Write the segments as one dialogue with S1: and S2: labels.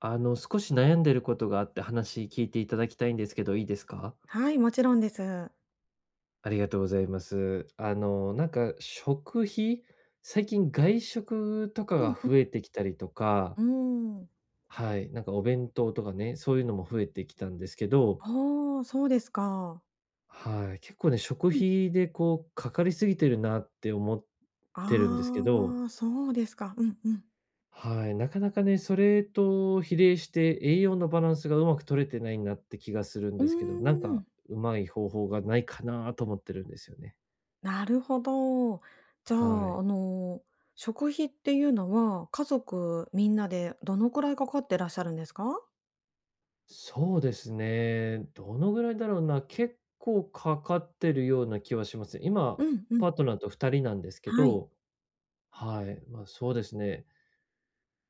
S1: 少し悩んでることがあって話聞いていただきたいんですけど、いいですか？
S2: はい、もちろんです。
S1: ありがとうございます。なんか食費、最近外食とかが
S2: う
S1: 増えてきたりと
S2: う
S1: か、
S2: んーん。
S1: はい、なんかお弁当とかね、そういうのも増えてきたんですけど、
S2: ああ、そうですか。
S1: はい、結構ね、食
S2: うん。
S1: 費でこうかかりすぎてるなって思ってるんですけど。
S2: ああ、そうですか。うんうん。
S1: はい、なかなかね、それと比例して栄養のバランスがうまく取れてないなって気がするん
S2: う
S1: で
S2: ー
S1: すけど、なんか
S2: ん、
S1: うまい方法がないかなと思ってるんですよね。
S2: なるほど。じゃ
S1: は
S2: あ、
S1: い。
S2: 食費っていうのは、家族みんなでどのくらいかかってらっしゃるんですか？
S1: そうですね。どのぐらいだろうな、結構かかってるような気はします。今、
S2: うんう
S1: パ
S2: ん。
S1: ートナーと2人なんですけ
S2: はい。
S1: ど、はい、ま、そうですね。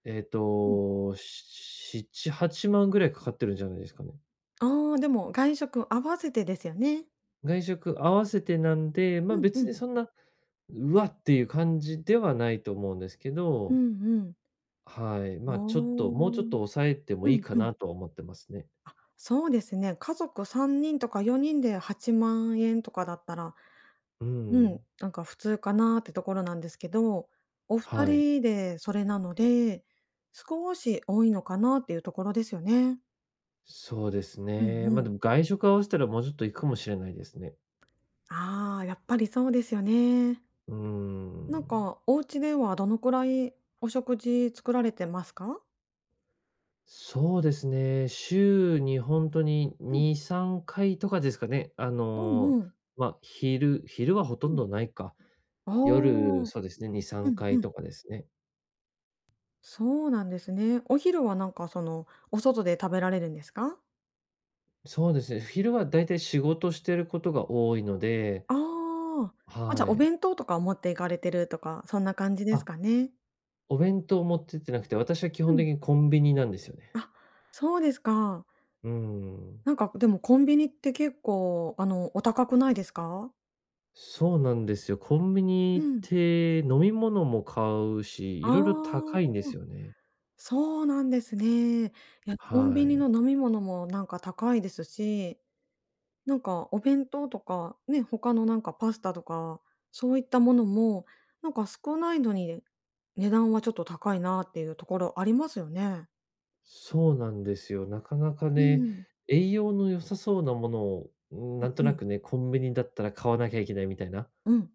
S2: うん。
S1: 7、8万ぐらいかかってるんじゃないですかね。
S2: ああ、でも外食合わせてですよね。
S1: 外食合わせてなんで、ま、
S2: うんう
S1: 別
S2: ん。
S1: にそんな、うわっていう感じではないと思うんですけ
S2: うん
S1: ど、
S2: うん。
S1: はい、
S2: お
S1: ま、ちょっと、もうち
S2: お。う
S1: ょっと
S2: ん
S1: 抑えて
S2: う
S1: もいいか
S2: ん。
S1: なとは思ってますね。
S2: あ、そうですね。家族3人とか4人で8万円とかだったら、
S1: う
S2: うん、
S1: ん。
S2: なんか普通かなってところなんですけど、お二
S1: はい。
S2: 人でそれなので、少し多いのかなっていうところですよね。
S1: そうです
S2: うん
S1: ね。
S2: う
S1: ま、
S2: ん。
S1: でも外食合わせたらもうちょっと行くかもしれないですね。
S2: ああ、やっぱりそうですよね。
S1: うー
S2: なん
S1: ん。
S2: かお家ではどのくらいお食事作られてますか？
S1: そうですね、週に本当に
S2: うん。
S1: 2、3回とかですかね。
S2: うんうん。
S1: ま、昼はほ
S2: う
S1: とん
S2: ん。
S1: どないか。
S2: ああ、
S1: 夜、
S2: うん
S1: そうですね、2、
S2: う
S1: 3
S2: んうんう
S1: 回
S2: ん、
S1: とかですね。
S2: そうなんですね。お昼はなんかその、お外で食べられるんですか？
S1: そうですね、昼はだいたい仕事してることが多いので、
S2: ああ。あ、じ
S1: は
S2: ゃ、お
S1: い。
S2: 弁当とかを持って行かれてるとか、そんな感じです
S1: あ、
S2: かね？
S1: お弁当持ってってなくて、私は基
S2: う
S1: 本
S2: ん。
S1: 的にコンビニなんですよね。
S2: あ、そうですか。
S1: うん。
S2: なんか、でもコンビニって結構、お高くないですか？
S1: そうなんですよ。コンビニ
S2: う
S1: 行っ
S2: ん。
S1: て飲み物も買うし、
S2: あ
S1: いろいろ高いん
S2: あ、
S1: ですよね。
S2: そうなんですね。いや、コンビ
S1: は
S2: ニ
S1: い。
S2: の飲み物もなんか高いですし、なんかお弁当とか、ね、他のなんかパスタとか、そういったものも、なんか少ないのに、値段はちょっと高いなっていうところありますよね。
S1: そうなんですよ。なかなか
S2: う
S1: ね、
S2: ん。
S1: 栄養の良さそうなものを、うん、
S2: う
S1: な
S2: ん
S1: んと
S2: う
S1: な
S2: ん。
S1: くね、コンビニだったら買わなきゃいけないみたいな。
S2: うん。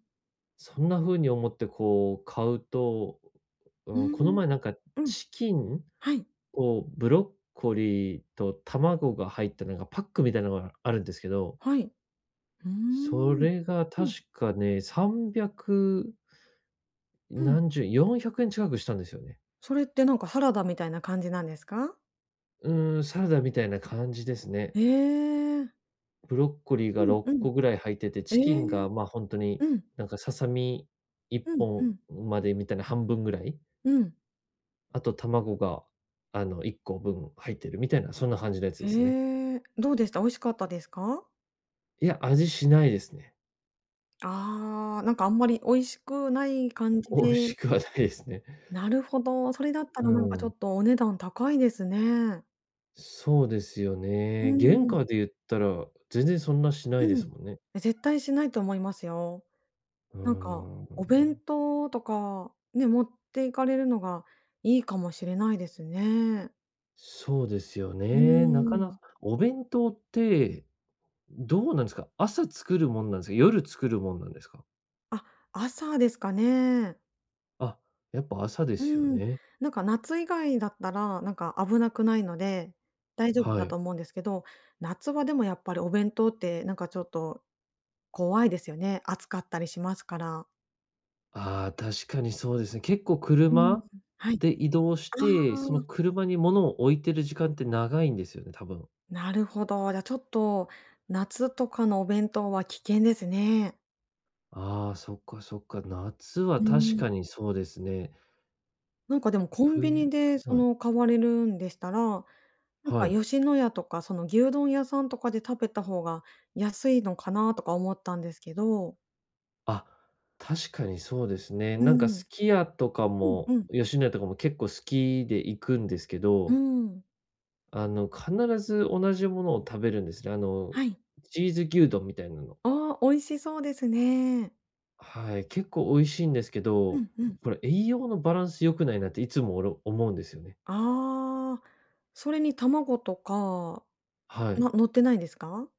S1: そんな風に思ってこう買うと、
S2: うー
S1: うん、この
S2: ん、
S1: 前なんか
S2: うん、
S1: チキン
S2: はい、
S1: とブロッコリーと卵が入ったなんかパックみたいなのがあるんですけど、
S2: はい。うー
S1: そ
S2: ん。
S1: れが
S2: う
S1: 確
S2: ん、
S1: かね、300
S2: うん。
S1: 何十、400円近くしたんですよね。
S2: それってなんかサラダみたいな感じなんですか？
S1: うん、サラダみたいな感じですね。
S2: ええ。
S1: ブロッコリー
S2: う
S1: が
S2: んう
S1: 6
S2: ん。
S1: 個ぐらい入ってて、
S2: え
S1: チキ
S2: え。
S1: ンがまあ、本当に
S2: うん。
S1: なんかささみ1
S2: うんうん。
S1: 本までみたいな半分ぐらい。
S2: うん。
S1: あと卵が、1個分入ってるみたいな、そんな感じのやつですね。
S2: へえ。どうでした？美味しかったですか？
S1: いや、味しないですね。
S2: ああ、なんかあんまり美味しくない感 じ
S1: 美味し
S2: で、
S1: くはないですね。
S2: なるほど、それだった
S1: う
S2: らなんかちょ
S1: ん。
S2: っとお値段高いですね。
S1: そうですよ
S2: う
S1: ね。原
S2: ん。
S1: 価で言ったら、全然そんなしな
S2: う
S1: いです
S2: ん。
S1: もんね。
S2: え、絶対しないと思いますよ。
S1: うー
S2: なんか、お
S1: ん。
S2: 弁当とか、ね、持っていかれるのがいいかもしれないですね。
S1: そうですよ
S2: う
S1: ね。なかな
S2: ーん。
S1: かお弁当って、どうなんですか？朝作るもんなんですか？夜作るもんなんですか？
S2: あ、朝ですかね。
S1: あ、やっぱ朝で
S2: う
S1: すよ
S2: ん。
S1: ね。
S2: なんか夏以外だったら、なんか危なくないので、大丈夫
S1: は
S2: だ
S1: い。
S2: と思うんですけど、夏はでもやっぱりお弁当ってなんかちょっと怖いですよね。暑かったりしますから。
S1: ああ、確かにそうですね。結構
S2: うん。
S1: 車
S2: はい。
S1: で移動し
S2: あ
S1: て、その
S2: あ、
S1: 車に物を置いてる時間って長いんですよね、多分。
S2: なるほど。じゃ、ちょっと、夏とかのお弁当は危険ですね。
S1: ああ、そっかそっか。夏は
S2: う
S1: 確
S2: ん。
S1: かにそうですね。
S2: なんかでもコンビニ
S1: 冬、
S2: でそ
S1: はい。
S2: の買われるんでしたら、なん
S1: は
S2: か
S1: い。
S2: 吉野家とかその牛丼屋さんとかで食べた方が安いのかなとか思ったんですけど。
S1: あ、確かにそうですね。
S2: う
S1: なんか
S2: ん。
S1: スキヤとか
S2: うん
S1: も、
S2: うん。
S1: 吉野家とかも結構好きで行くんですけ
S2: う
S1: ど、
S2: ん。
S1: 必ず同じものを食べるんですね。
S2: はい。
S1: チーズ牛丼みたいなの。
S2: ああ、美味しそうですね。
S1: はい、結構美味しいんですけ
S2: う
S1: ど、
S2: んうん。
S1: これ栄養のバランス良くないなっていつも思うんですよね。
S2: ああ、それに卵とか、
S1: はい。
S2: な乗ってないですか？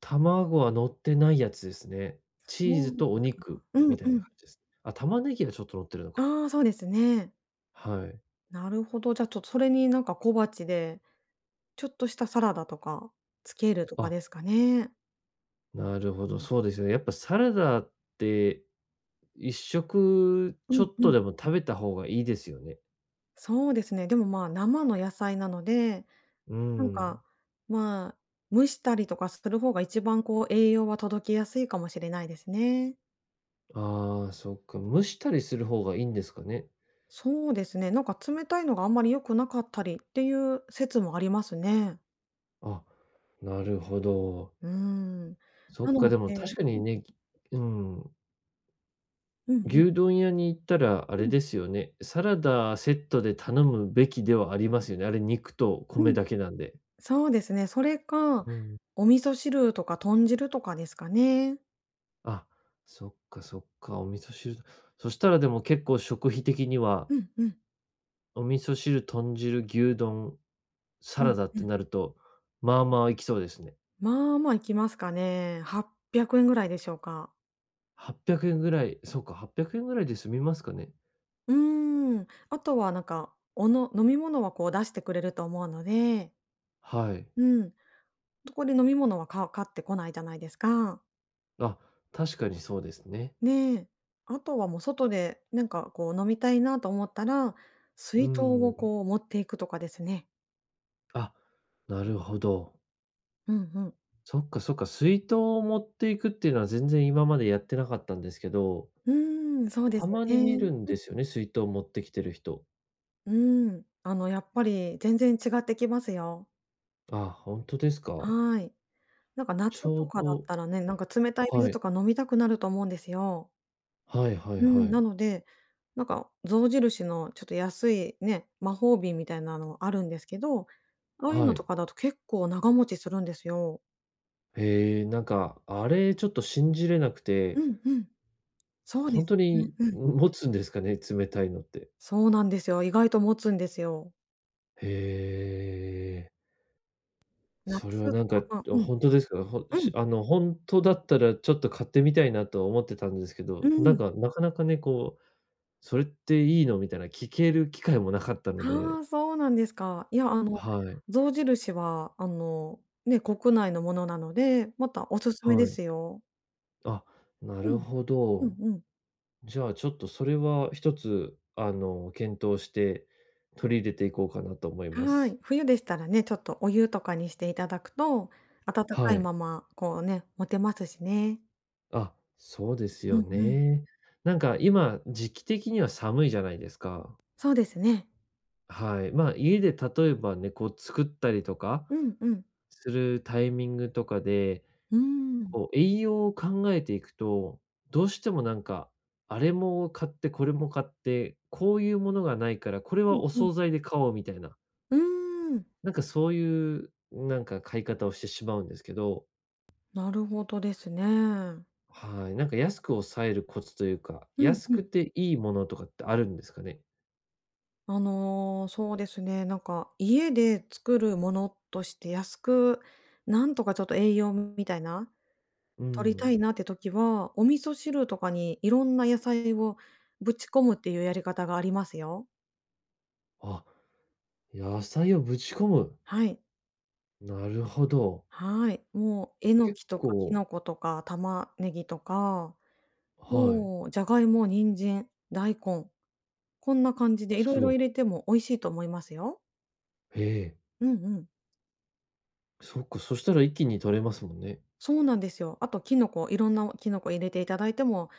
S1: 卵は乗ってないやつですね。チー
S2: そ
S1: ズ
S2: うで
S1: とお
S2: すか。
S1: 肉
S2: う
S1: み
S2: ん
S1: た
S2: う
S1: いな
S2: ん。
S1: 感じです。あ、玉ねぎはちょっと乗ってるのか。
S2: ああ、そうですね。
S1: はい。
S2: なるほど。じゃあ、ちょっとそれになんか小鉢で、ちょっとしたサラダとかつけるとか
S1: あ、
S2: ですかね。
S1: なるほど、そうですよね。やっぱサラダって一食
S2: う
S1: ちょ
S2: ん
S1: っ
S2: う
S1: と
S2: ん。
S1: でも食べた方がいいですよね。
S2: そうですね。でも、まあ、生の野菜なので、
S1: う
S2: なん
S1: ん。
S2: か、まあ、蒸したりとかする方が一番こう栄養は届きやすいかもしれないですね。
S1: ああ、そっか、蒸したりする方がいいんですかね。
S2: そうですね。なんか冷たいのがあんまり良くなかったりっていう説もありますね。
S1: あ、なるほど。
S2: うーん。
S1: そ
S2: な
S1: っか、
S2: の
S1: でも
S2: で、
S1: 確かにね、うん、
S2: うんうん、
S1: 牛丼屋に行ったらあ
S2: う
S1: れ
S2: ん、
S1: ですよね、サラダセットで頼むべきではありますよね。あれ、肉と
S2: う
S1: 米
S2: ん。
S1: だけなんで。
S2: そうですね。それか、
S1: うん。
S2: お味噌汁とか豚汁とかですかね。
S1: あ、そっかそっか、お味噌汁。そしたらでも結構食費的には、
S2: うんうん、
S1: お味噌汁、豚汁、牛丼、
S2: う
S1: サ
S2: ん
S1: ラダっ
S2: う
S1: て
S2: ん。
S1: なると、まあまあいきそうですね。
S2: まあまあいきますかね。800円ぐらいでしょうか。
S1: 800円ぐらい、そうか、800円ぐらいで済みますかね。
S2: うーん。あとはなんか、おの飲み物はこう出してくれると思うので、
S1: はい。
S2: うん。そこで飲み物はか買ってこないじゃないですか。
S1: あ、確かにそうですね。
S2: ねえ。あとはもう外でなんかこう飲みたいなと思ったら、
S1: う
S2: 水筒を
S1: ん。
S2: こう持っていくとかですね。
S1: あ、なるほど。
S2: うんうん。
S1: そっかそっか、水筒を持っていくっていうのは全然今までやってなかったんですけど、
S2: うーん、そうで
S1: た
S2: すよ
S1: まに見
S2: ね。
S1: るんですよね、水筒を持ってきてる人。
S2: うん。あのやっぱり全然違ってきますよ。
S1: あ、本当ですか？
S2: はい。なんか
S1: ち
S2: 夏
S1: ょ
S2: と
S1: う
S2: かだっ
S1: ど
S2: たらね、なんか冷たい
S1: は
S2: 水
S1: い。
S2: とか飲みたくなると思うんですよ。
S1: はいはい
S2: う
S1: は
S2: ん、な
S1: い。
S2: ので、なんか象印のちょっと安いね、魔法瓶みたいなのあるんですけど、ああいう
S1: は
S2: のと
S1: い。
S2: かだと結構長持ちするんですよ。
S1: へえ、なんか、あれちょっと信じれなく
S2: う
S1: て、
S2: んうん。そうで
S1: 本当
S2: す。うん
S1: に
S2: うん。
S1: 持つんですかね、冷たいのって。
S2: そうなんですよ。意外と持つんですよ。
S1: へえ。
S2: 夏
S1: それは
S2: と
S1: なん
S2: か、
S1: か、
S2: まあ、うん、
S1: 本当ですか？ほ
S2: うん、
S1: しあの、本当だったらちょっと買ってみたいなと思ってたんですけ
S2: う
S1: ど、な
S2: ん。
S1: んか、なかなかね、こう、それっていいの？みたいな聞ける機会もなかったの
S2: あ
S1: で、
S2: あ、そうなんですか。いや、
S1: はい、
S2: 象印はね、国内のものなので、またおすすめで
S1: はい。
S2: すよ。
S1: あ、な
S2: う
S1: る
S2: ん、
S1: ほ
S2: うん
S1: ど。
S2: うん。
S1: じゃあ、ちょっとそれは一つ、検討して取り入れていこうかなと思いま
S2: は
S1: す。
S2: い。冬でしたらね、ちょっとお湯とかにしていただくと、温か
S1: は
S2: い
S1: い。
S2: まま、こうね、持てますしね。
S1: あ、そうです
S2: う
S1: よ
S2: んうん。
S1: ね。なんか今、時期的には寒いじゃないですか。
S2: そうですね。
S1: はい。まあ、家で例えばね、こう作ったりとか
S2: うんうん。
S1: するタイミングとかで、
S2: うーん。
S1: こう栄養を考えていくと、どうしてもなんか、あれも買ってこれも買って、こういうものがないから、これ
S2: うん
S1: はお
S2: うん。
S1: 惣菜で買おうみたいな、
S2: うーん。
S1: なんかそういうなんか買い方をしてしまうんですけど、
S2: なるほどですね。
S1: はい。なんか安く抑えるコツというか、
S2: うん
S1: 安
S2: う
S1: く
S2: ん。
S1: ていいものとかってあるんですかね？
S2: そうですね、なんか、家で作るものとして安く、なんとかちょっと栄養みたいな、
S1: う
S2: 取りた
S1: ん。
S2: いなって時は、お味噌汁とかにいろんな野菜をぶち込むっていうやり方がありますよ。
S1: あ、野菜をぶち込む。
S2: はい。
S1: なるほど。
S2: はい、もうえの
S1: 結
S2: きとかき
S1: 構
S2: のことか玉ねぎとか、
S1: はい。
S2: もうじゃがいも、人参、大根、こんな感じでいろい
S1: そ
S2: ろ入
S1: い
S2: れても美味しいと思いますよ。
S1: へえ。
S2: うんうん。
S1: そっか、そしたら一気に取れますもんね。
S2: そうなんですよ。あときのこ、いろんなきのこ入れていただいても、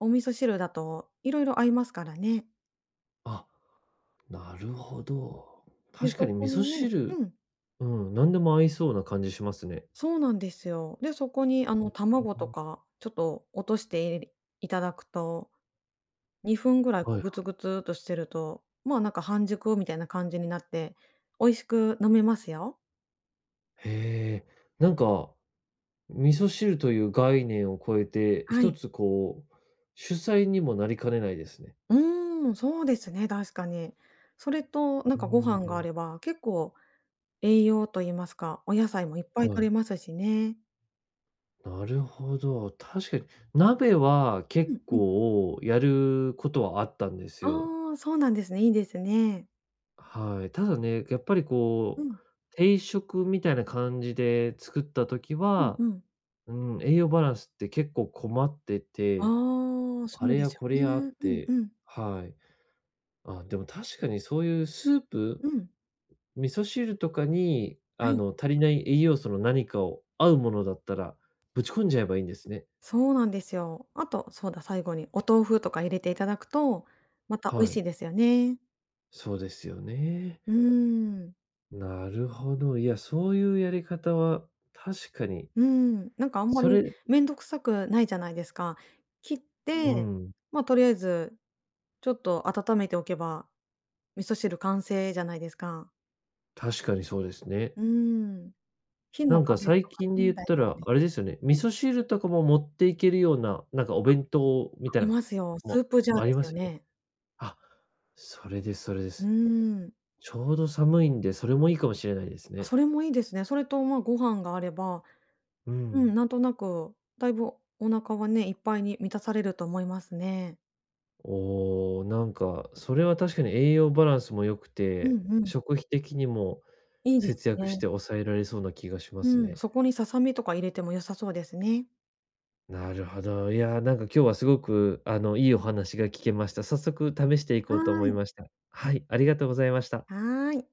S2: お味噌汁だといろいろ合いますからね。
S1: あ、なるほど。
S2: で、
S1: 確か
S2: そ
S1: に
S2: こ
S1: 味
S2: に
S1: 噌
S2: ね
S1: 汁、
S2: うん、
S1: うん、何でも合いそうな感じしますね。
S2: そうなんですよ。で、そこに
S1: う
S2: 卵と
S1: ん。
S2: かちょっと落としていれいただくと、2分ぐらい
S1: はい
S2: こう
S1: は
S2: グツ
S1: い。
S2: グツっとしてると、まあ、なんか半熟みたいな感じになって、美味しく飲めますよ。
S1: へえ。なんか、味噌汁という概念を超えて、
S2: は
S1: 一
S2: い。
S1: つこう、主菜にもなりかねないですね。
S2: うーん、そうですね、確かに。それとなん
S1: う
S2: かご飯があ
S1: ん。
S2: れば、結構栄養と言いますか、お野菜もいっぱ
S1: は
S2: い取れ
S1: い。
S2: ますしね。
S1: なるほど。確かに、鍋は
S2: う
S1: 結
S2: んうん。
S1: 構やることはあったんですよ。
S2: ああ、そうなんですね、いいですね。
S1: はい。ただね、やっぱり
S2: う
S1: こう、
S2: ん、
S1: 定食みたいな感じで作った時
S2: うん
S1: は、
S2: うん。
S1: うん、栄養バランスって結構困ってて、
S2: ああ、
S1: あ
S2: そう
S1: れ
S2: で
S1: や
S2: すよ
S1: これやあっ
S2: ね。うん
S1: て、
S2: うん。
S1: はい。あ、でも確かにそういうスープ、
S2: うん。
S1: 味噌汁とかに、
S2: はい。
S1: 足りない栄養素の何かを合うものだったら、ぶち込んじゃえばいいんですね。
S2: そうなんですよ。あと、そうだ、最後にお豆腐とか入れていただくと、また美
S1: は
S2: 味し
S1: い。
S2: いですよね。
S1: そうですよね。
S2: うーん、
S1: なるほど。いや、そういうやり方は確かに、
S2: うーん、なんかあんま
S1: そ
S2: り
S1: れ
S2: 面倒くさくないじゃないですか。切っ
S1: う
S2: て、
S1: ん、
S2: まあ、とりあえず、ちょっと温めておけば、味噌汁完成じゃないですか。
S1: 確かにそうですね。
S2: うーん、火
S1: な
S2: の
S1: ん
S2: 加
S1: か
S2: 減
S1: 最
S2: とか
S1: 近で言
S2: ね、
S1: っ
S2: 大丈
S1: た
S2: 夫
S1: ら、
S2: です、
S1: あれですよね、味噌汁とかも持っていけるような、なんかお弁当
S2: あ
S1: みたい
S2: り
S1: な、
S2: ますよ。スー
S1: も
S2: プジャーで
S1: あり
S2: す
S1: ま
S2: よ
S1: すよね。
S2: ね。
S1: あ、それですそれで
S2: うー
S1: す。
S2: ん。
S1: ちょうど寒いんで、それもいいかもしれないです
S2: あ、
S1: ね。
S2: それもいいですね。それと、まあ、ご飯があれば、
S1: う
S2: うん、
S1: ん。
S2: なんとなく、だいぶお腹はね、いっぱいに満たされると思いますね。
S1: おお、なんか、それは確かに栄養バランスも良く
S2: うん
S1: て、
S2: うん、
S1: 食費的にも
S2: いいです
S1: 節約し
S2: ね。
S1: て抑えられそうな気がしま
S2: う
S1: す
S2: ん、
S1: ね。
S2: そこにささみとか入れても良さそうですね。
S1: なるほど。いやー、なんか今日はすごく、いいお話が聞けました。早速試してい
S2: は
S1: こうと思
S2: ー
S1: い
S2: い。
S1: ました。はい、ありがとうございました。
S2: はーい。